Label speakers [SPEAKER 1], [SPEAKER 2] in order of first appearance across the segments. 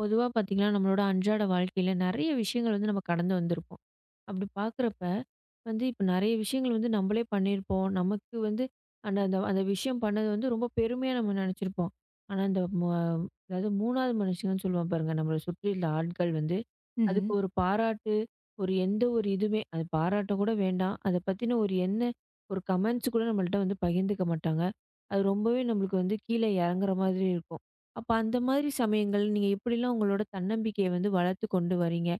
[SPEAKER 1] பொதுவா பார்த்தீங்கன்னா, நம்மளோட அன்றாட வாழ்க்கையில நெறைய விஷயங்கள் வந்து நம்ம கடந்து வந்திருப்போம். அப்படி பார்க்குறப்ப வந்து இப்ப நெறைய விஷயங்கள் வந்து நம்மளே பண்ணியிருப்போம். நமக்கு வந்து அந்த அந்த அந்த விஷயம் பண்ணது வந்து ரொம்ப பெருமையா நம்ம நெனைச்சிருப்போம். ஆனா, இந்த ம அதாவது 3வது மனுஷங்கன்னு சொல்லுவோம் பாருங்க, நம்மள சுற்றியுள்ள ஆட்கள் வந்து
[SPEAKER 2] ம்ஹ்ம்.
[SPEAKER 1] அதுக்கு ஒரு பாராட்டு, ஒரு எந்த ஒரு இதுவுமே அது பாராட்ட கூட வேண்டாம். அத பத்தின ஒரு என்ன ஒரு கமெண்ட்ஸ் கூட நம்மள்ட்ட வந்து பகிர்ந்துக்க மாட்டாங்க. அது ரொம்பவே நம்மளுக்கு வந்து கீழ இறங்குற மாதிரி இருக்கும். அப்ப அந்த மாதிரி சமயங்கள் நீங்க எப்படிலாம் உங்களோட தன்னம்பிக்கைய வந்து வளர்த்து கொண்டு வரீங்க?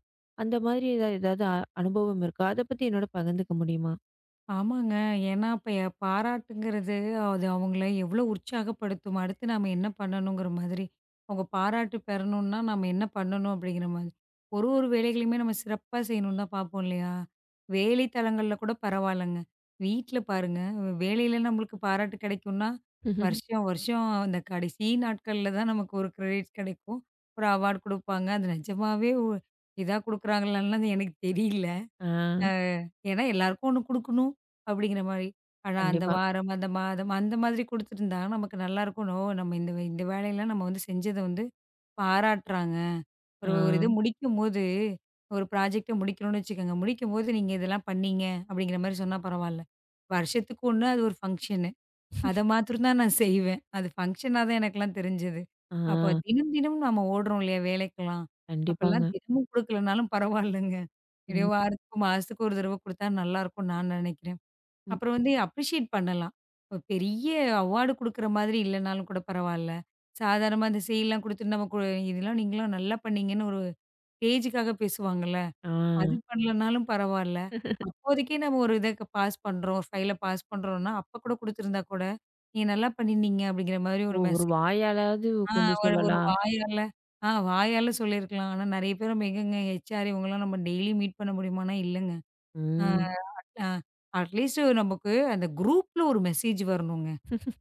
[SPEAKER 1] அந்த மாதிரி ஏதாவது அனுபவம் இருக்கா? அத பத்தி என்னோட பகிர்ந்துக்க முடியுமா?
[SPEAKER 2] ஆமாங்க. ஏன்னா அப்ப பாராட்டுங்கிறது அது அவங்கள எவ்வளோ உற்சாகப்படுத்தும். அடுத்து நாம என்ன பண்ணணுங்கிற மாதிரி. அவங்க பாராட்டு பெறணும்னா நம்ம என்ன பண்ணணும் அப்படிங்கிற மாதிரி. ஒரு ஒரு வேலைகளையுமே நம்ம சிறப்பா செய்யணும்னு தான் பார்ப்போம் இல்லையா? வேலை தலங்கள்ல கூட பரவாயில்லங்க. வீட்ல பாருங்க, வேலையில நம்மளுக்கு பாராட்டு கிடைக்கும்னா, வருஷம் வருஷம் அந்த கடைசி நாட்கள்ல தான் நமக்கு ஒரு கிரெடிட்ஸ் கிடைக்கும். ஒரு அவார்ட் குடுப்பாங்க. அது நிஜமாவே இதா குடுக்குறாங்களான்லாம் எனக்கு தெரியல.
[SPEAKER 1] ஆ,
[SPEAKER 2] அ ஏன்னா எல்லாருக்கும் ஒண்ணு குடுக்கணும் அப்படிங்கிற மாரி. ஆனா அந்த
[SPEAKER 1] கண்டிப்பா.
[SPEAKER 2] வாரம், அந்த மாதம் அந்த மாதிரி குடுத்துருந்தா நமக்கு நல்லாருக்கும். ஓ! நம்ம இந்த இந்த வேலையெல்லாம் நம்ம வந்து செஞ்சத வந்து பாராட்டுறாங்க.
[SPEAKER 1] ஆ,
[SPEAKER 2] ஒரு ஒரு இது முடிக்கும்போது ஒரு ப்ராஜெக்ட்ட முடிக்கணும்னு வச்சுக்கோங்க. முடிக்கும்போது நீங்க இதெல்லாம் பண்ணீங்க அப்படிங்கிற மாரி சொன்னா பரவால்ல. வருஷத்துக்கு ஒண்ணு அது ஒரு ஃபங்ஷன். அத மாத்திரம் தான் நான் செய்வேன். அது ஃபங்ஷனா தான் எனக்கெல்லாம் தெரிஞ்சது.
[SPEAKER 1] ஆ,
[SPEAKER 2] அப்ப தினம், தினம் நாம ஓடுறோம் இல்லையா வேலைக்கெல்லாம். அப்பலாம்
[SPEAKER 1] கண்டிப்பாங்க.
[SPEAKER 2] தினமும் குடுக்கலனாலும் பரவாயில்லங்க. எப்படியோ
[SPEAKER 1] ம்,
[SPEAKER 2] வாரத்துக்கு, மாசத்துக்கு ஒரு தடவ குடுத்தா நல்லாயிருக்கும்னு நான் நெனைக்கிறேன்.
[SPEAKER 1] ம்.
[SPEAKER 2] அப்புறம் வந்து அப்ரிஷியேட் பண்ணலாம். இப்ப பெரிய அவார்டு குடுக்குற மாதிரி இல்லனாலும் கூட பரவால்ல. சாதாரணமா அந்த செய்லாம் குடுத்துட்டு நம்ம கு இதெல்லாம் நீங்கலாம் நல்லா பண்ணீங்கன்னு ஒரு பேஜுக்காக பேசுவாங்கல்ல.
[SPEAKER 1] ஆ.
[SPEAKER 2] அது பண்ணலனாலும் பரவால்ல. அப்போதைக்கே நம்ம ஒரு இத பாஸ் பண்றோம். ஒரு ஃபைல பாஸ் பண்றோம்னா, அப்ப கூட குடுத்துருந்தா கூட, "நீங்க நல்லா பண்ணியிருந்தீங்க" அப்படிங்கிற மாதிரி
[SPEAKER 1] ஓ!
[SPEAKER 2] ஒரு
[SPEAKER 1] ஒரு
[SPEAKER 2] மெசேஜ்.
[SPEAKER 1] வாயாலாவது
[SPEAKER 2] ஆ
[SPEAKER 1] கொஞ்சம்
[SPEAKER 2] ஒரு ஒரு
[SPEAKER 1] சொல்லலாம்.
[SPEAKER 2] வாயால சொல்லியிருக்கலாம். ஆனா நெறைய பேர் நம்ம எங்கங்க ஹெச்ஆர் இவங்கலாம் நம்ம டெய்லி மீட் பண்ண முடியுமானா, இல்லங்க. ஆ
[SPEAKER 1] ம்.
[SPEAKER 2] அ அட்லீஸ்ட் நமக்கு அந்த குரூப்ல ஒரு மெசேஜ் வரணுங்க.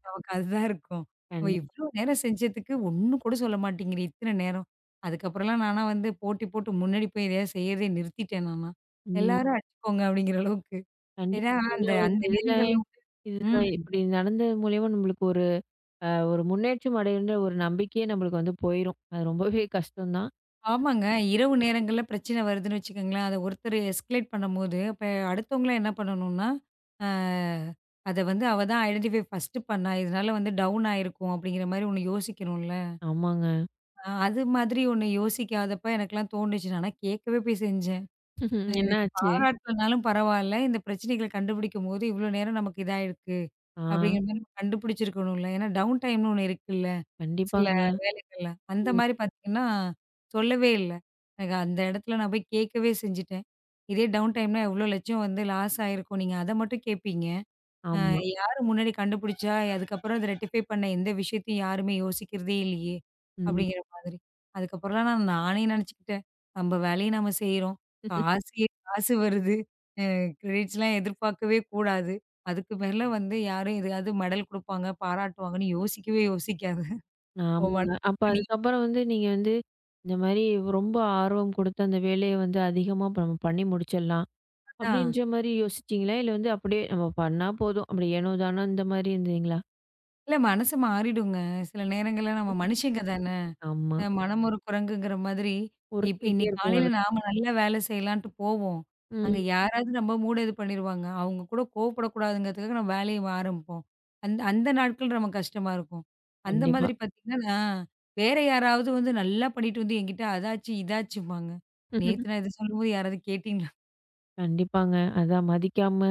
[SPEAKER 2] நமக்கு அதுதான் இருக்கும். நம்ம
[SPEAKER 1] கண்டிப்பா.
[SPEAKER 2] இவ்ளோ நேரம் செஞ்சதுக்கு ஒண்ணும் கூட சொல்ல மாட்டேங்கிறீ இத்தன நேரம். அதுக்கப்புறம்லாம் நானா வந்து போட்டி போட்டு முன்னாடி போய் எதையாவது செய்யறதே நிறுத்திட்டேன் நானா.
[SPEAKER 1] ம்.
[SPEAKER 2] எல்லாரும் ம். அடிச்சுக்கோங்க அப்படிங்கிற அளவுக்கு.
[SPEAKER 1] கண்டிப்பா.
[SPEAKER 2] ஏன்னா அந்த
[SPEAKER 1] ஏன்னா
[SPEAKER 2] ஓ!
[SPEAKER 1] இப்ப
[SPEAKER 2] அந்த
[SPEAKER 1] இதுல
[SPEAKER 2] நேரங்கள்ல ம்.
[SPEAKER 1] இதுதான் இப்படி நடந்தது மூலியமா நம்மளுக்கு ஒரு ஒரு முன்னேற்றம் அடையுன்ற ஒரு நம்பிக்கையே நம்மளுக்கு வந்து போயிரும். அது ரொம்பவே கஷ்டம் தான்.
[SPEAKER 2] ஆமாங்க. இரவு நேரங்கள்ல பிரச்சனை வருதுன்னு வச்சுக்கோங்களேன். அத ஒருத்தர் எஸ்கலேட் பண்ணும்போது, அப்ப அடுத்தவங்கலாம் என்ன பண்ணணும்னா, அ அத வந்து அவ தான் ஐடென்டிஃபை ஃபர்ஸ்ட்டு பண்ணா. இதனால வந்து டவுன் ஆயிருக்கும் அப்படிங்கிற மாரி ஒண்ணு யோசிக்கணும்ல.
[SPEAKER 1] ஆமாங்க.
[SPEAKER 2] அது மாதிரி ஒண்ணு யோசிக்காதப்ப எனக்கெல்லாம் தோணுச்சு. நானா கேட்கவே போய் செஞ்சேன்.
[SPEAKER 1] என்ன
[SPEAKER 2] இதுக்கு
[SPEAKER 1] ஆச்சு?
[SPEAKER 2] பாராட்டலனாலும் பரவால்ல. இந்த பிரச்சனைகள கண்டுபிடிக்கும்போது, இவ்ளோ நேரம் நமக்கு இதாயிருக்கு.
[SPEAKER 1] ஆ
[SPEAKER 2] அப்படிங்கிற மாரி நம்ம கண்டுபிடிச்சிருக்கணும்ல. ஏன்னா டவுன் டைம்னு ஒண்ணு இருக்குல்ல. சில
[SPEAKER 1] கண்டிப்பாங்க.
[SPEAKER 2] வேலைகள்ல. அந்த
[SPEAKER 1] ம்.
[SPEAKER 2] மாரி பார்த்தீங்கன்னா, சொல்லவே இல்ல. எனக்கு அந்த இடத்துல நான் போய் கேட்கவே செஞ்சுட்டேன். இதே டவுன் டைம்னா எவ்ளோ லட்சம் வந்து லாஸ் ஆயிருக்கும். நீங்க அத மட்டும் கேட்பீங்க. அ
[SPEAKER 1] ஆமா.
[SPEAKER 2] யாரு முன்னாடி கண்டுபிடிச்சா, அதுக்கப்புறம் அத ரெக்டிஃபை பண்ண எந்த விஷயத்தையும் யாருமே யோசிக்கிறதே இல்லையே!
[SPEAKER 1] ம்.
[SPEAKER 2] அப்படிங்கிற மாதிரி. அதுக்கப்புறம்லாம் நான் நானே நெனச்சுக்கிட்டேன். நம்ம வேலைய நம்ம செய்றோம். காசு காசு வருது. அ கிரெடிட்ஸ்லாம் எதிர்பார்க்கவே கூடாது. அதுக்கு மேல வந்து யாரும் எதையாவது மெடல் குடுப்பாங்க, பாராட்டுவாங்கன்னு யோசிக்கவே யோசிக்காத. உன்
[SPEAKER 1] ஆமாங்க. அப்ப
[SPEAKER 2] மனசுக்குள்ள நீ
[SPEAKER 1] அதுக்கப்புறம் வந்து நீங்க வந்து இந்த மாரி ரொம்ப ஆர்வம் கொடுத்து அந்த வேலைய வந்து அதிகமா இப்ப நம்ம பண்ணி முடிச்சிடலாம்.
[SPEAKER 2] அதான்.
[SPEAKER 1] அப்படின்ற மாரி யோசிச்சீங்களா? இல்ல வந்து அப்படியே நம்ம பண்ணா போதும். அப்படி ஏனோ தானோ இந்த மாரி இருந்தீங்களா?
[SPEAKER 2] இல்ல மனசு மாறிடுங்க. சில நேரங்கள்ல நம்ம மனுஷங்க தான.
[SPEAKER 1] ஆமா.
[SPEAKER 2] மனம் ஒரு குரங்குங்கிற மாதிரி, இப்ப
[SPEAKER 1] உறுத்திக்கிட்டே
[SPEAKER 2] இன்னைக்கு
[SPEAKER 1] இருக்கும்
[SPEAKER 2] காலையில
[SPEAKER 1] அது.
[SPEAKER 2] ம். நாம நல்லா வேலை செய்யலான்ட்டு போவோம். அங்க
[SPEAKER 1] ம்.
[SPEAKER 2] யாராவது நம்ம மூட இது பண்ணிருவாங்க. அவங்க கூட கோவப்படக்கூடாதுங்கிறதுக்காக நம்ம வேலைய ஆரம்பிப்போம். அந்த அந்த நாட்கள் நமக்கு கஷ்டமா இருக்கும். அந்த
[SPEAKER 1] கண்டிப்பா.
[SPEAKER 2] மாதிரி பார்த்தீங்கன்னா, வேற யாராவது வந்து நல்லா பண்ணிட்டு வந்து என்கிட்ட அதாச்சு, இதாச்சும்பாங்க. நேத்து நான் இத சொல்லும்போது யாராவது கேட்டீங்களா?
[SPEAKER 1] கண்டிப்பாங்க. அதான் மதிக்காம,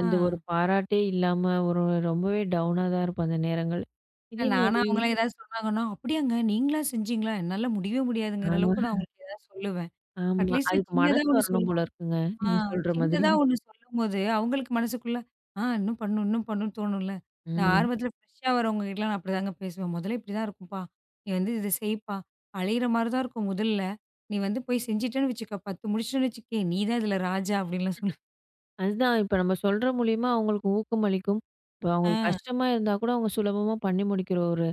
[SPEAKER 1] அந்த
[SPEAKER 2] ஆஹ்
[SPEAKER 1] ஒரு பாராட்டே இல்லாம, ஒரு ரொம்பவே டவுனா தான் இருக்கும் அந்த நேரங்கள்.
[SPEAKER 2] இல்ல,
[SPEAKER 1] இதே
[SPEAKER 2] நானா
[SPEAKER 1] மாரி
[SPEAKER 2] அவங்கலாம் ம். ஏதாவது சொன்னாங்கன்னா, "அப்படியாங்க நீங்களா செஞ்சீங்களா? என்னால முடியவே முடியாதுங்கிற"
[SPEAKER 1] ஆ
[SPEAKER 2] அளவுக்கு நான் அவங்களுக்கு ஏதாவது சொல்லுவேன்.
[SPEAKER 1] ஆமா.
[SPEAKER 2] அட்லீஸ்ட்
[SPEAKER 1] அதுக்கு
[SPEAKER 2] சின்னதா
[SPEAKER 1] மனசு
[SPEAKER 2] ஒண்ணு சொல்லு
[SPEAKER 1] வரணும் போல இருக்குங்க.
[SPEAKER 2] ஆ
[SPEAKER 1] நீங்க சொல்ற மாதிரி.
[SPEAKER 2] சின்னதா ஒண்ணு சொல்லும்போது, அவங்களுக்கு மனசுக்குள்ள, இன்னும் பண்ணணும், இன்னும் பண்ணணும்னு தோணும்ல. நான்
[SPEAKER 1] ம்.
[SPEAKER 2] ஆரம்பத்தில ஃப்ரெஷ்ஷா வரவங்ககிட்டலாம் நான் அப்படிதாங்க பேசுவேன். "முதல்ல இப்படிதான் இருக்கும்ப்பா. நீ வந்து இத செய்ப்பா. அலையிற மாரி தான் இருக்கும் முதல்ல. நீ வந்து போய் செஞ்சுட்டேன்னு வச்சுக்க. 10 முடிச்சுட்டேன்னு வச்சுக்கயேன், நீ தான் இதில ராஜா" அப்படின்லாம் சொல்லுவேன்.
[SPEAKER 1] அதுதான் இப்ப நம்ம சொல்ற மூலியமா அவங்களுக்கு ஊக்கமளிக்கும். இப்ப
[SPEAKER 2] ஆ
[SPEAKER 1] அவங்களுக்கு கஷ்டமா இருந்தா கூட அவங்க சுலபமா பண்ணி முடிக்கிற ஒரு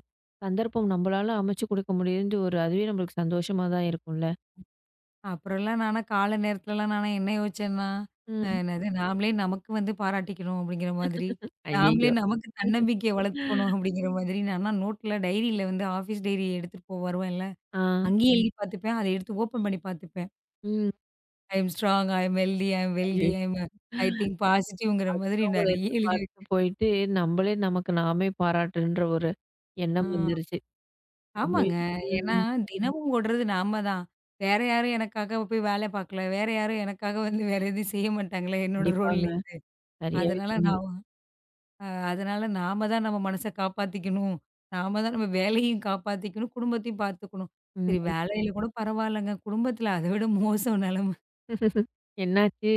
[SPEAKER 1] சந்தர்ப்பம் நம்பளால அமைச்சு குடுக்க முடியுதுன்ட்டு ஒரு அதுவே நம்மளுக்கு சந்தோஷமா தான் இருக்கும்ல.
[SPEAKER 2] அப்புறம்லாம் நானா காலை நேரத்துலலாம் நானா என்ன யோசிச்சேன்னா,
[SPEAKER 1] ம்.
[SPEAKER 2] என்னது நாமளே நமக்கு வந்து பாராட்டிக்கணும் அப்படிங்கிற மாதிரி, நாமளே
[SPEAKER 1] ஐயய்யோ!
[SPEAKER 2] நமக்கு தன்னம்பிக்கைய வளர்த்துக்கணும் அப்படிங்கிற மாதிரி, நான்லாம் நோட்ல டைரியில வந்து ஆஃபீஸ் டைரி எடுத்துட்டு போ வருவேன்ல.
[SPEAKER 1] ஆ.
[SPEAKER 2] அங்கேயும் எழுதி பார்த்துப்பேன். அத எடுத்து ஓப்பன் பண்ணி பார்த்துப்பேன்.
[SPEAKER 1] ம்.
[SPEAKER 2] I am strong, I am healthy, I am wealthy,
[SPEAKER 1] ஐயோ!
[SPEAKER 2] ஐ திங்க் பாசிட்டிவ்ங்கிற மாதிரி
[SPEAKER 1] அடுத்தவங்கள
[SPEAKER 2] நெறைய எழுதி
[SPEAKER 1] எதிர்பார்த்து போயிட்டு, நம்மளே நமக்கு நாமே பாராட்டுன்ற ஒரு
[SPEAKER 2] ஆ
[SPEAKER 1] எண்ணம் வந்துருச்சு. ரொம்பவே
[SPEAKER 2] ஆமாங்க. ஏன்னா
[SPEAKER 1] ம்.
[SPEAKER 2] தினமும் ஓடுறது நாம தான். வேற யாரும் எனக்காக போய் வேல பார்க்கல. வேற யாரும் எனக்காக வந்து வேற எதுவும் செய்ய மாட்டாங்களே என்னோட
[SPEAKER 1] கண்டிப்பாங்க.
[SPEAKER 2] ரோல்லேருந்து.
[SPEAKER 1] சரியாவே
[SPEAKER 2] அதனால
[SPEAKER 1] சொன்னீங்க.
[SPEAKER 2] நான் அதனால நாம தான் நம்ம மனச காப்பாத்திக்கணும். நாம தான் நம்ம வேலையும் காப்பாத்திக்கணும், குடும்பத்தையும் பார்த்துக்கணும். சரி
[SPEAKER 1] ம்.
[SPEAKER 2] வேலையில கூட பரவாயில்லங்க. குடும்பத்தில அத விட மோசம் நெலம.
[SPEAKER 1] என்னாச்சு?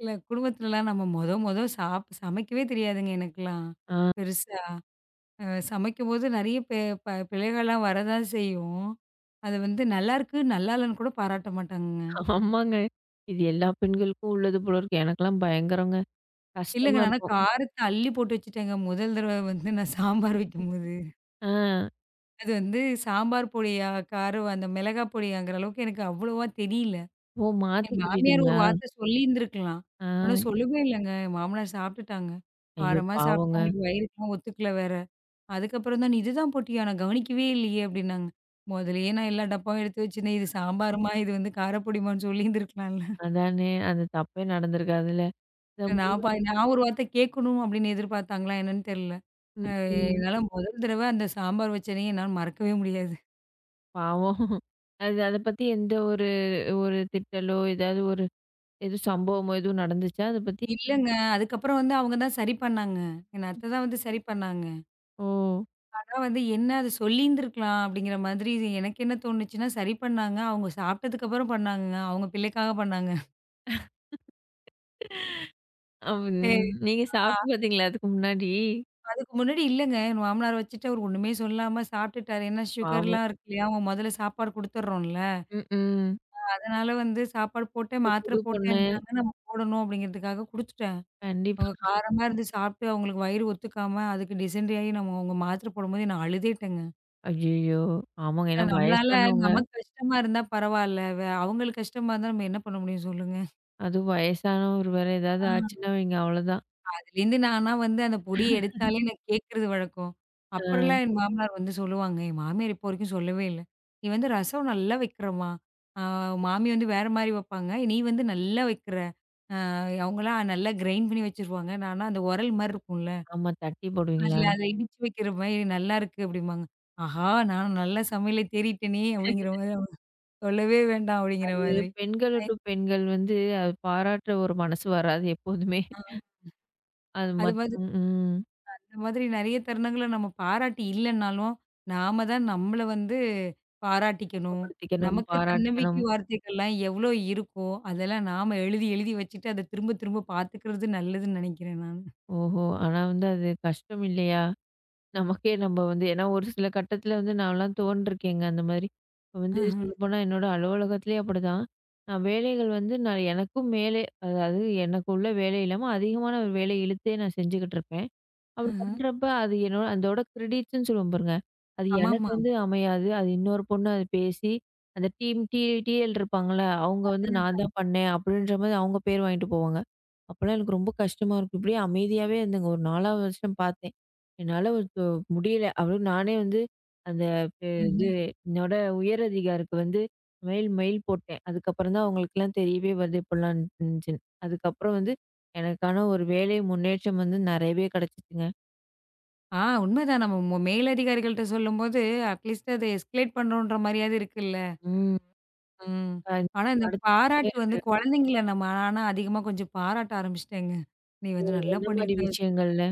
[SPEAKER 2] இல்ல குடும்பத்துலலாம் நம்ம மொத மொத சாப் சமைக்கவே தெரியாதுங்க எனக்கெல்லாம்.
[SPEAKER 1] ஆ
[SPEAKER 2] பெருசா. அ சமைக்கும்போது நெறைய பிழைகள்லாம் வரதான் செய்யும். அது வந்து நல்லாருக்கு, நல்லா இல்லன்னு கூட பாராட்ட மாட்டாங்கங்க.
[SPEAKER 1] ஆமாங்க. இது எல்லா பெண்களுக்கும் உள்ளது போல இருக்கு. எனக்கெல்லாம் பயங்கரங்க.
[SPEAKER 2] இல்லங்க
[SPEAKER 1] கஷ்டமா
[SPEAKER 2] நானா
[SPEAKER 1] இருக்கும்.
[SPEAKER 2] காரத்த அள்ளி போட்டு வச்சுட்டேங்க முதல் தடவ வந்து நான் சாம்பார் வைக்கும்போது.
[SPEAKER 1] ஆ.
[SPEAKER 2] அது வந்து சாம்பார் பொடியா, காரம் அந்த மிளகாய் பொடியாங்கிற அளவுக்கு எனக்கு அவ்வளவா தெரியல.
[SPEAKER 1] ஓ! மாத்தி
[SPEAKER 2] என் மாமியார் ஒரு
[SPEAKER 1] கூட்டிட்டீங்களா?
[SPEAKER 2] வார்த்தை சொல்லியிருந்திருக்கலாம்.
[SPEAKER 1] ஆ.
[SPEAKER 2] ஆனா சொல்லவே இல்லங்க. என் மாமனார் சாப்ட்டுட்டாங்க.
[SPEAKER 1] ஐயோ!
[SPEAKER 2] காரமா சாப்ட்டு
[SPEAKER 1] பாவங்க.
[SPEAKER 2] அவங்களுக்கு வயிறுக்குலாம் ஒத்துக்கல வேற. அதுக்கப்புறம் தான், "இதுதான் போட்டியா? நான் கவனிக்கவே இல்லையே" அப்படின்னாங்க. முதல்லயே நான் எல்லா டப்பாவும் எடுத்து வச்சிருந்தேன். இது சாம்பாருமா? இது வந்து காரப்பொடிமான்னு சொல்லியிருந்திருக்கலாம்ல.
[SPEAKER 1] அதானே. அந்த தப்பே நடந்திருக்காதுல்ல. இத
[SPEAKER 2] இல்ல
[SPEAKER 1] முன்
[SPEAKER 2] நான் ஒரு வார்த்தை கேட்கணும் அப்படின்னு எதிர்பார்த்தாங்களா என்னன்னு தெரியல. அ
[SPEAKER 1] ம், ம்.
[SPEAKER 2] என்னால முதல் தடவை அந்த சாம்பார் வச்சனையே என்னால மறக்கவே முடியாது.
[SPEAKER 1] பாவம். அது அத பத்தி எந்த ஒரு ஒரு திட்டலோ, ஏதாவது ஒரு எதுவும் சம்பவமோ எதுவும் நடந்துச்சா? அத பத்தி?
[SPEAKER 2] இல்லங்க. அதுக்கப்புறம் வந்து அவங்க தான் சரி பண்ணாங்க. என் அத்தை தான் வந்து சரி பண்ணாங்க.
[SPEAKER 1] ஓ!
[SPEAKER 2] ஆனா வந்து என்ன அது சொல்லியிருந்திருக்கலாம் அப்படிங்கிற மாதிரி இது எனக்கு என்ன தோணுச்சுன்னா, சரி பண்ணாங்க. அவங்க சாப்பிட்டதுக்கு அப்புறம் பண்ணாங்கங்க. அவங்க பிள்ளைக்காக பண்ணாங்க.
[SPEAKER 1] அவ் நீங்க சாப்பிட்டு பார்த்தீங்களா அதுக்கு முன்னாடி?
[SPEAKER 2] அதுக்கு முன்னாடி இல்லங்க. என் மாமனார வச்சுட்டு அவரு ஒண்ணுமே சொல்லாம சாப்பிட்டுட்டாரு. ஏன்னா
[SPEAKER 1] பாவம்.
[SPEAKER 2] சுகர்லாம் இருக்கு இல்லையா? அவங்க முதல்ல சாப்பாடு குடுத்துடுறோம்ல.
[SPEAKER 1] ம்.
[SPEAKER 2] அதனால வந்து சாப்பாடு போட்டேன்,
[SPEAKER 1] அது
[SPEAKER 2] மாத்திரை
[SPEAKER 1] புது பொண்ணு.
[SPEAKER 2] போட்டேன்ட்டாங்க. நம்ம போடணும் அப்படிங்கிறதுக்காக குடுத்துட்டேன்.
[SPEAKER 1] கண்டிப்பா.
[SPEAKER 2] அவங்க காரமா இருந்து சாப்பிட்டு அவங்களுக்கு வயிறு ஒத்துக்காம, அதுக்கு டிசென்ட்ரி ஆயி நம்ம அவங்க மாத்திரை போடும்போது நான் அழுதேட்டேங்க.
[SPEAKER 1] ஐயய்யோ! ஆமாங்க. ஏன்னா
[SPEAKER 2] ஏன்னா நம்மளால
[SPEAKER 1] வயசானவங்க.
[SPEAKER 2] நமக்கு கஷ்டமா இருந்தா பரவால்ல. அவங்களுக்கு கஷ்டமா இருந்தா நம்ம என்ன பண்ண முடியும் சொல்லுங்க?
[SPEAKER 1] அதுவும் வயசானவரு வேற ஏதாவது ஆச்சுன்னா வைங்க அவ்வளோதான்.
[SPEAKER 2] அதுலேருந்து நானா வந்து அந்த பொடிய எடுத்தாலே நான் கேட்கறது வழக்கம். அப்புறம்லாம்
[SPEAKER 1] ஆ.
[SPEAKER 2] என் மாமனார் வந்து சொல்லுவாங்க. என் மாமியார் இப்போ வரைக்கும் சொல்லவே இல்ல. "நீ வந்து ரசம் நல்லா வைக்கிறம்மா. ஆ மாமி வந்து வேற மாரி வைப்பாங்க. நீ வந்து நல்லா வைக்கிற. அவங்கலாம் நல்லா கிரைண்ட் பண்ணி வச்சுருவாங்க. நானா அந்த உரல் மாரி இருக்கும்ல.
[SPEAKER 1] ஆமா. தட்டி
[SPEAKER 2] அதில
[SPEAKER 1] போடுவீங்களா?
[SPEAKER 2] அத இடிச்சு வைக்கிற மாரி நல்லாயிருக்கு" அப்படிம்பாங்க. ஆஹா! நான் நல்லா சமையல தேறிட்டேனே அப்படிங்கிற மாதிரி. சொல்லவே வேண்டாம் அப்படிங்கிற
[SPEAKER 1] அது
[SPEAKER 2] மாதிரி.
[SPEAKER 1] பெண்கள் டு பெண்கள் வந்து அது பாராட்டுற ஒரு மனசு வராது எப்போதுமே.
[SPEAKER 2] அ
[SPEAKER 1] அது
[SPEAKER 2] அது மாதிரி
[SPEAKER 1] மட்டும் ம்.
[SPEAKER 2] இந்த மாதிரி நெறைய தருணங்கள நம்ம பாராட்டு இல்லன்னாலும், நாம தான் நம்மள வந்து பாராட்டிக்கணும்.
[SPEAKER 1] ஊக்கப்படுத்திக்கணும்,
[SPEAKER 2] நமக்கு தன்னம்பிக்கை
[SPEAKER 1] பாராட்டிக்கணும்.
[SPEAKER 2] வார்த்தைகள்லாம் எவ்ளோ இருக்கோ, அதெல்லாம் நாம எழுதி எழுதி வச்சுட்டு, அத திரும்ப திரும்ப பாத்துக்கிறது நல்லதுன்னு நெனைக்கிறேன் நானு.
[SPEAKER 1] ஓஹோ! ஆனா வந்து அது கஷ்டம் இல்லையா? நமக்கே நம்ம வந்து ஏன்னா ஒரு சில கட்டத்துல வந்து நான்லாம் தோன்றிருக்கேங்க அந்த மாதிரி. இப்ப வந்து
[SPEAKER 2] அஹ,
[SPEAKER 1] சொல்லப்போனா என்னோட அலுவலகத்திலேயே அப்படிதான். நான் வேலைகள் வந்து நான் எனக்கும் மேலே அதாவது எனக்கு உள்ள வேலை இல்லாம அதிகமான ஒரு வேலை இழுத்தே நான் செஞ்சுகிட்டு இருப்பேன். அப்படி
[SPEAKER 2] அஹ.
[SPEAKER 1] பண்றப்ப அது என்னோட அதோட கிரெடிட்ஸ்ன்னு சொல்லுவோம் பாருங்க. அது ம். எனக்கு
[SPEAKER 2] ஆமாமா.
[SPEAKER 1] வந்து அமையாது. அது இன்னொரு பொண்ணு அது பேசி, அந்த டீம் டிஎல் இருப்பாங்கல்ல, அவங்க வந்து ம். நான்
[SPEAKER 2] அதுதான்
[SPEAKER 1] தான் பண்ணேன் அப்படின்ற மாரி அவங்க பேர் வாங்கிட்டு போவாங்க. அப்பலாம் எனக்கு ரொம்ப கஷ்டமா இருக்கும். இப்படியே அமைதியாவே இருந்தேங்க. ஒரு 4 வருஷம் பார்த்தேன். என்னால முடியல. அப்படின்னு நானே வந்து அந்த இது
[SPEAKER 2] ம்ஹ்ம்.
[SPEAKER 1] என்னோட உயர் அதிகாரிக்கு வந்து மெயில் மெயில் போட்டேன். அதுக்கப்புறம் தான் அவங்களுக்கெல்லாம் தெரியவே வருது இப்படிலாம் இருந்துச்சுன்னு. அதுக்கப்புறம் வந்து எனக்கான ஒரு வேலை முன்னேற்றம் வந்து நெறையவே கிடைச்சுச்சுங்க.
[SPEAKER 2] உண்மதான். நம்ம மு மேலதிகாரிகள்ட்ட சொல்லும்போது, அட்லீஸ்ட் அத எஸ்கலேட் பண்றோன்ற மாரியாவது இருக்குல்ல.
[SPEAKER 1] ம்.
[SPEAKER 2] ம்.
[SPEAKER 1] அது
[SPEAKER 2] ஆனா இந்த
[SPEAKER 1] அடுத்து
[SPEAKER 2] பாராட்டு வந்து
[SPEAKER 1] வேற
[SPEAKER 2] குழந்தைங்கள நம்ம ஆனா அதிகமா கொஞ்சம் பாராட்ட ஆரம்பிச்சுட்டேங்க. "நீ
[SPEAKER 1] ஓ!
[SPEAKER 2] வந்து நல்லா
[SPEAKER 1] எந்த மாரி
[SPEAKER 2] பண்ணியிருக்க"
[SPEAKER 1] விஷயங்கள்ல?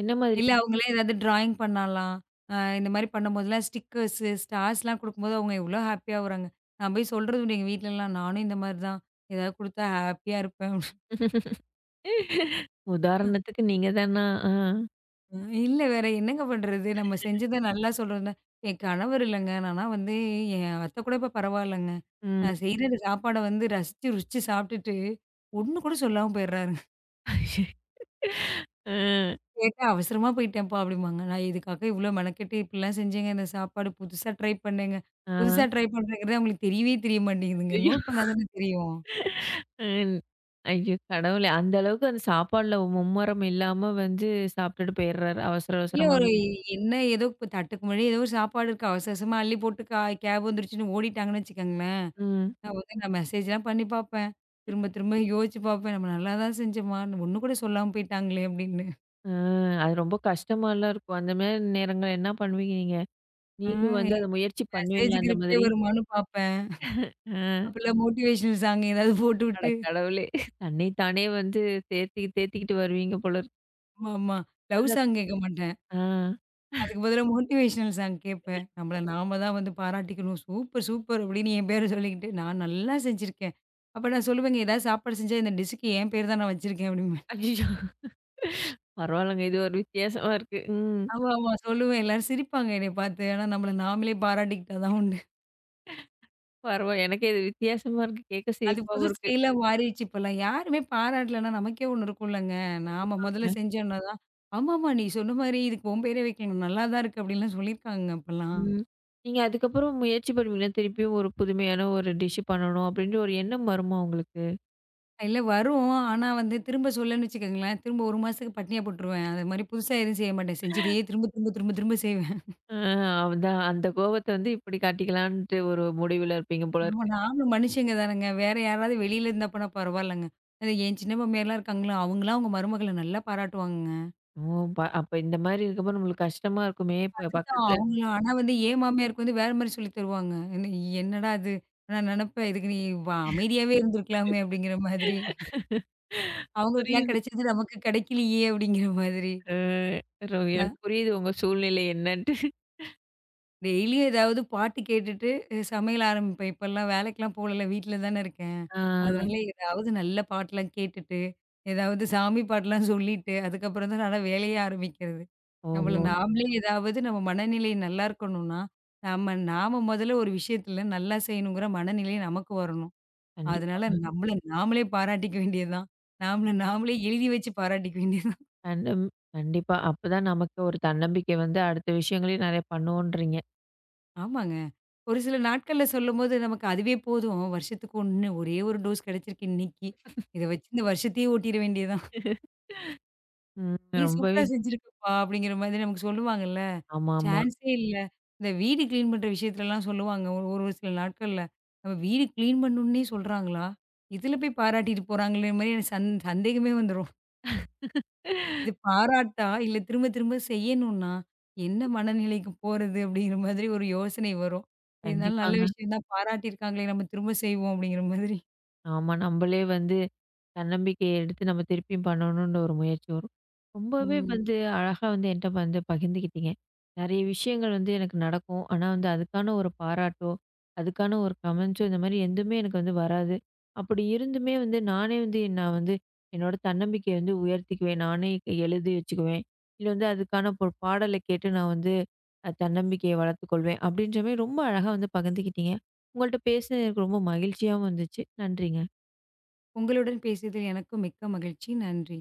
[SPEAKER 1] என்ன மாதிரி?
[SPEAKER 2] இல்ல அவங்களே ஏதாவது டிராயிங் பண்ணலாம். இந்த மாரி பண்ணும்போதெல்லாம் ஸ்டிக்கர்ஸு, ஸ்டார்ஸ்லாம் குடுக்கும்போது அவங்க எவ்ளோ ஹாப்பியா வராங்க. நான் போய் சொல்றது உண்டு எங்க வீட்லலாம். நானும் இந்த மாரி தான். ஏதாவது குடுத்தா ஹாப்பியா இருப்பேன்.
[SPEAKER 1] உதாரணத்துக்கு நீங்க தானா? ஆ.
[SPEAKER 2] இல்ல வேற என்னங்க பண்றது? நம்ம செஞ்சத நல்லா சொல்றதுனா என் கணவர் இல்லங்க. நானா வந்து என் அத்த கூட இப்ப பரவாயில்லங்க.
[SPEAKER 1] ம்.
[SPEAKER 2] நான் செய்ற சாப்பாட வந்து ரசிச்சு, ருசிச்சு சாப்ட்டுட்டு, ஒண்ணு கூட சொல்லாம போயிடுறாரு.
[SPEAKER 1] அ,
[SPEAKER 2] கேட்டா, "அவசரமா போயிட்டேன்ப்பா" அப்படிம்பாங்க. நான் இதுக்காக இவ்வளோ மெனக்கெட்டு இப்படிலாம் செஞ்சேங்க. இந்த சாப்பாடு புதுசா ட்ரை பண்ணேங்க.
[SPEAKER 1] ஆ.
[SPEAKER 2] புதுசா ட்ரை பண்றேங்கிறது அவங்களுக்கு தெரியவே தெரிய மாட்டேங்குதுங்க.
[SPEAKER 1] ஐயய்யோ!
[SPEAKER 2] நோட் பண்ணா தானே தெரியும்.
[SPEAKER 1] ம். ஐயோ! கடவுளே! அந்த அளவுக்கு அந்த சாப்பாடுல மும்முரம் இல்லாம வந்து சாப்பிட்டுட்டு போயிடுறாரு. அவசர
[SPEAKER 2] இல்ல ஒரு
[SPEAKER 1] அவசரமாவே.
[SPEAKER 2] என்ன ஏதோ இப்ப தட்டுக்கு முன்னாடி ஏதோ ஒரு சாப்பாடு இருக்கு. அவசர அவசரமா அள்ளி போட்டு கேப் வந்துருச்சுன்னு ஓடிட்டாங்கன்னு வச்சுக்கோங்களேன்.
[SPEAKER 1] ம்.
[SPEAKER 2] நான் மெசேஜ்லாம் பண்ணி பார்ப்பேன். திரும்ப திரும்ப யோசிச்சு பார்ப்பேன். நம்ம நல்லா தான் செஞ்சோமா? ஒண்ணு கூட சொல்லாம போயிட்டாங்களே அப்படின்னு.
[SPEAKER 1] அ அது ரொம்ப கஷ்டமாலாம் இருக்கும். அந்த மாரி நேரங்கள்ல என்ன பண்ணுவீங்க நீங்க?
[SPEAKER 2] ஆ
[SPEAKER 1] நீங்களும் வந்து அத முயற்சி பண்ணுவீங்களா
[SPEAKER 2] மெசேஜ்க்கு
[SPEAKER 1] அந்த
[SPEAKER 2] ரிப்ளை
[SPEAKER 1] மாதிரி?
[SPEAKER 2] வருமான்னு பார்ப்பேன்.
[SPEAKER 1] ஆ.
[SPEAKER 2] அப்பலாம் மோட்டிவேஷனல் சாங் ஏதாவது
[SPEAKER 1] அட
[SPEAKER 2] போட்டுவிட்டு
[SPEAKER 1] கடவுளே! தன்னை தானே வந்து தேத்தி தேத்திக்கிட்டு வருவீங்க போல இருக்கு.
[SPEAKER 2] ஆமா, ஆமா. லவ்
[SPEAKER 1] அது
[SPEAKER 2] சாங் கேட்க மாட்டேன்.
[SPEAKER 1] ஆ
[SPEAKER 2] அதுக்கு பதிலா மோட்டிவேஷனல் சாங் கேட்பேன். நம்மள நாம தான் வந்து பாராட்டிக்கணும். சூப்பர், சூப்பர் அப்படின்னு என் பேர சொல்லிக்கிட்டு, நான் நல்லா செஞ்சிருக்கேன். அப்ப நான் சொல்லுவேங்க, ஏதாவது சாப்பாடு செஞ்சா இந்த டிஷ்‌ஷுக்கு என் பேர் தான் நான் வச்சிருக்கேன் அப்படிம்பேன்.
[SPEAKER 1] அய்யய்யோ! பரவாயில்லங்க. இது ஒரு வித்தியாசமா இருக்கு. ம்.
[SPEAKER 2] ஆமா, ஆமா சொல்லுவேன். எல்லாரும் சிரிப்பாங்க என்னைய பார்த்து. ஆனா நம்மள நாமளே பாராட்டிக்கிட்டா தான் உண்டு.
[SPEAKER 1] பரவாயில்ல. எனக்கே இது வித்தியாசமா இருக்கு. கேட்க
[SPEAKER 2] அது புது
[SPEAKER 1] சிரிப்பாவும் இருக்கு.
[SPEAKER 2] ஸ்டைலா மாறிடுச்சு இப்பல்லாம். யாருமே பாராட்டலன்னா நமக்கே ஒண்ணு இருக்கும்லங்க. நாம முதல்ல
[SPEAKER 1] கண்டிப்பாங்க.
[SPEAKER 2] செஞ்சோம்னா தான், ஆமாமா நீ சொன்ன மாரி இதுக்கு உன் பேரே வைக்கலாம். நல்லா தான் இருக்கு அப்படின்லாம் சொல்லியிருக்காங்க இப்பல்லாம்.
[SPEAKER 1] ம். நீங்க அதுக்கப்புறம் முயற்சி பண்ணுவீங்களா? திருப்பியும் ஒரு புதுமையான ஒரு டிஷ் பண்ணணும் அப்படின்ற ஒரு எண்ணம் வருமா உங்களுக்கு?
[SPEAKER 2] இல்ல வரும். ஆனா வந்து திரும்ப சொல்லன்னு வச்சுக்கோங்களேன், திரும்ப 1 மாசத்துக்கு பட்னியா போட்டுருவேன். அது மாரி புதுசா எதுவும் செய்ய மாட்டேன். செஞ்சதையே திரும்ப திரும்ப செய்வேன்.
[SPEAKER 1] ஆ அதான் அந்த கோவத்த வந்து இப்படி காட்டிக்கலான்ட்டு ஒரு முடிவுல இருப்பீங்க போல
[SPEAKER 2] ஆமா
[SPEAKER 1] இருக்கு.
[SPEAKER 2] நாங்களும் மனுஷங்க தானங்க. வேற யாராவது வெளியில இருந்தா போனா பரவாயில்லங்க. அது என் சின்ன மாமியார்லாம் இருக்காங்களா, அவங்கலாம் அவங்க மருமகள நல்லா பாராட்டுவாங்கங்க.
[SPEAKER 1] ஓ! அப்ப இந்த மாரி இருக்கப்ப நம்மளுக்கு கஷ்டமா இருக்குமே! இப்ப
[SPEAKER 2] அதுதான்
[SPEAKER 1] பக்கத்துல
[SPEAKER 2] அவங்கள ஆனா வந்து என் மாமியாருக்கு வந்து வேற மாரி சொல்லி தருவாங்க. என்ன என்னடா இது? நான் நெனப்பேன் இதுக்கு நீ வ அமைதியாவே இருந்திருக்கலாமே! அப்படிங்கிற மாதிரி. அவங்களுக்கெல்லாம்
[SPEAKER 1] புரியுது.
[SPEAKER 2] கிடைச்சது நமக்கு கிடைக்கலையே! அப்படிங்கிற மாதிரி.
[SPEAKER 1] அ எனக்கு புரியுது உங்க சூழ்நிலை என்னன்ட்டு.
[SPEAKER 2] டெய்லியும் ஏதாவது பாட்டு கேட்டுட்டு சமையல் ஆரம்பிப்பேன். இப்பல்லாம் வேலைக்கெல்லாம் போகல, வீட்ல தானே இருக்கேன்.
[SPEAKER 1] ஆ.
[SPEAKER 2] அதனால ஏதாவது நல்ல பாட்டெல்லாம் கேட்டுட்டு, ஏதாவது சாமி பாட்டெல்லாம் சொல்லிட்டு, அதுக்கப்புறம் தான் நான்லாம் வேலையே ஆரம்பிக்கிறது. நம்மள
[SPEAKER 1] ஓஹோ!
[SPEAKER 2] நாமளே ஏதாவது நம்ம மனநிலை நல்லா இருக்கணும்னா, நம்ம நாம முதல்ல ஒரு விஷயத்துல நல்லா செய்யணுங்கிற மனநிலை நமக்கு வரணும். அதனால
[SPEAKER 1] கண்டிப்பாங்க.
[SPEAKER 2] நம்மள நாமளே பாராட்டிக்க வேண்டியது தான். நாமள நாமளே எழுதி வச்சு பாராட்டிக்க வேண்டியது.
[SPEAKER 1] கண்டம் கண்டிப்பா. அப்பதான் நமக்கு ஒரு தன்னம்பிக்கை வந்து அடுத்த விஷயங்களையும் நெறைய பண்ணுவோன்றீங்க.
[SPEAKER 2] ஆமாங்க. ஒரு சில நாட்கள்ல சொல்லும்போது நமக்கு அதுவே போதும். வருஷத்துக்கு 1 டோஸ் கிடைச்சிருக்கு இன்னைக்கு. இத வச்சு இந்த வருஷத்தையே ஓட்டிற வேண்டியது தான்.
[SPEAKER 1] ம்.
[SPEAKER 2] "ஏய் சூப்பரா
[SPEAKER 1] ரொம்பவே
[SPEAKER 2] செஞ்சிருக்கப்பா" அப்படிங்கிற மாதிரி நமக்கு சொல்லுவாங்கல்ல.
[SPEAKER 1] ஆமா, ஆமா.
[SPEAKER 2] சான்ஸே இல்ல. இந்த வீடு கிளீன் பண்ற விஷயத்துலலாம் சொல்லுவாங்க. ஒரு ஒரு சில நாட்கள்ல. நம்ம வீடு கிளீன் பண்ணணும்னே சொல்றாங்களா? இதுல போய் பாராட்டிட்டு போறாங்களேங்கிற மாரி எனக்கு சந்தேகமே வந்துரும். இது பாராட்டா? இல்ல திரும்ப திரும்ப செய்யணுன்னா, என்ன மனநிலைக்கு போறது? அப்படிங்கிற மாதிரி ஒரு யோசனை வரும். இருந்தாலும் நல்ல
[SPEAKER 1] கண்டிப்பாங்க.
[SPEAKER 2] விஷயம் தான் பாராட்டியிருக்காங்களே நம்ம திரும்ப செய்வோம் அப்படிங்கிற மாதிரி.
[SPEAKER 1] ஆமா. நம்பளே வந்து தன்னம்பிக்கைய எடுத்து நம்ம திருப்பியும் பண்ணணுன்ற ஒரு முயற்சி வரும். ரொம்பவே
[SPEAKER 2] ம்.
[SPEAKER 1] வந்து அழகா வந்து என்ட்ட வந்து பகிர்ந்துக்கிட்டீங்க. நெறைய விஷயங்கள் வந்து எனக்கு நடக்கும். ஆனா வந்து அதுக்கான ஒரு பாராட்டோ, அதுக்கான ஒரு கமெண்ட்ஸோ இந்த மாரி எதுவுமே எனக்கு வந்து வராது. அப்படி இருந்துமே வந்து நானே வந்து நான் வந்து என்னோட தன்னம்பிக்கைய வந்து உயர்த்திக்குவேன். நானே எழுதி வச்சுக்குவேன். இல்ல வந்து அதுக்கான ஒரு பாடல கேட்டு நான் வந்து தன்னம்பிக்கைய வளர்த்துக்கொள்வேன். அப்படின்ற மாரி ரொம்ப அழகா வந்து பகிர்ந்துக்கிட்டீங்க. உங்கள்ட்ட பேசினது எனக்கு ரொம்ப மகிழ்ச்சியாவும் இருந்துச்சு. நன்றிங்க.
[SPEAKER 2] உங்களுடன் பேசியதில் எனக்கும் மிக்க மகிழ்ச்சி. நன்றி.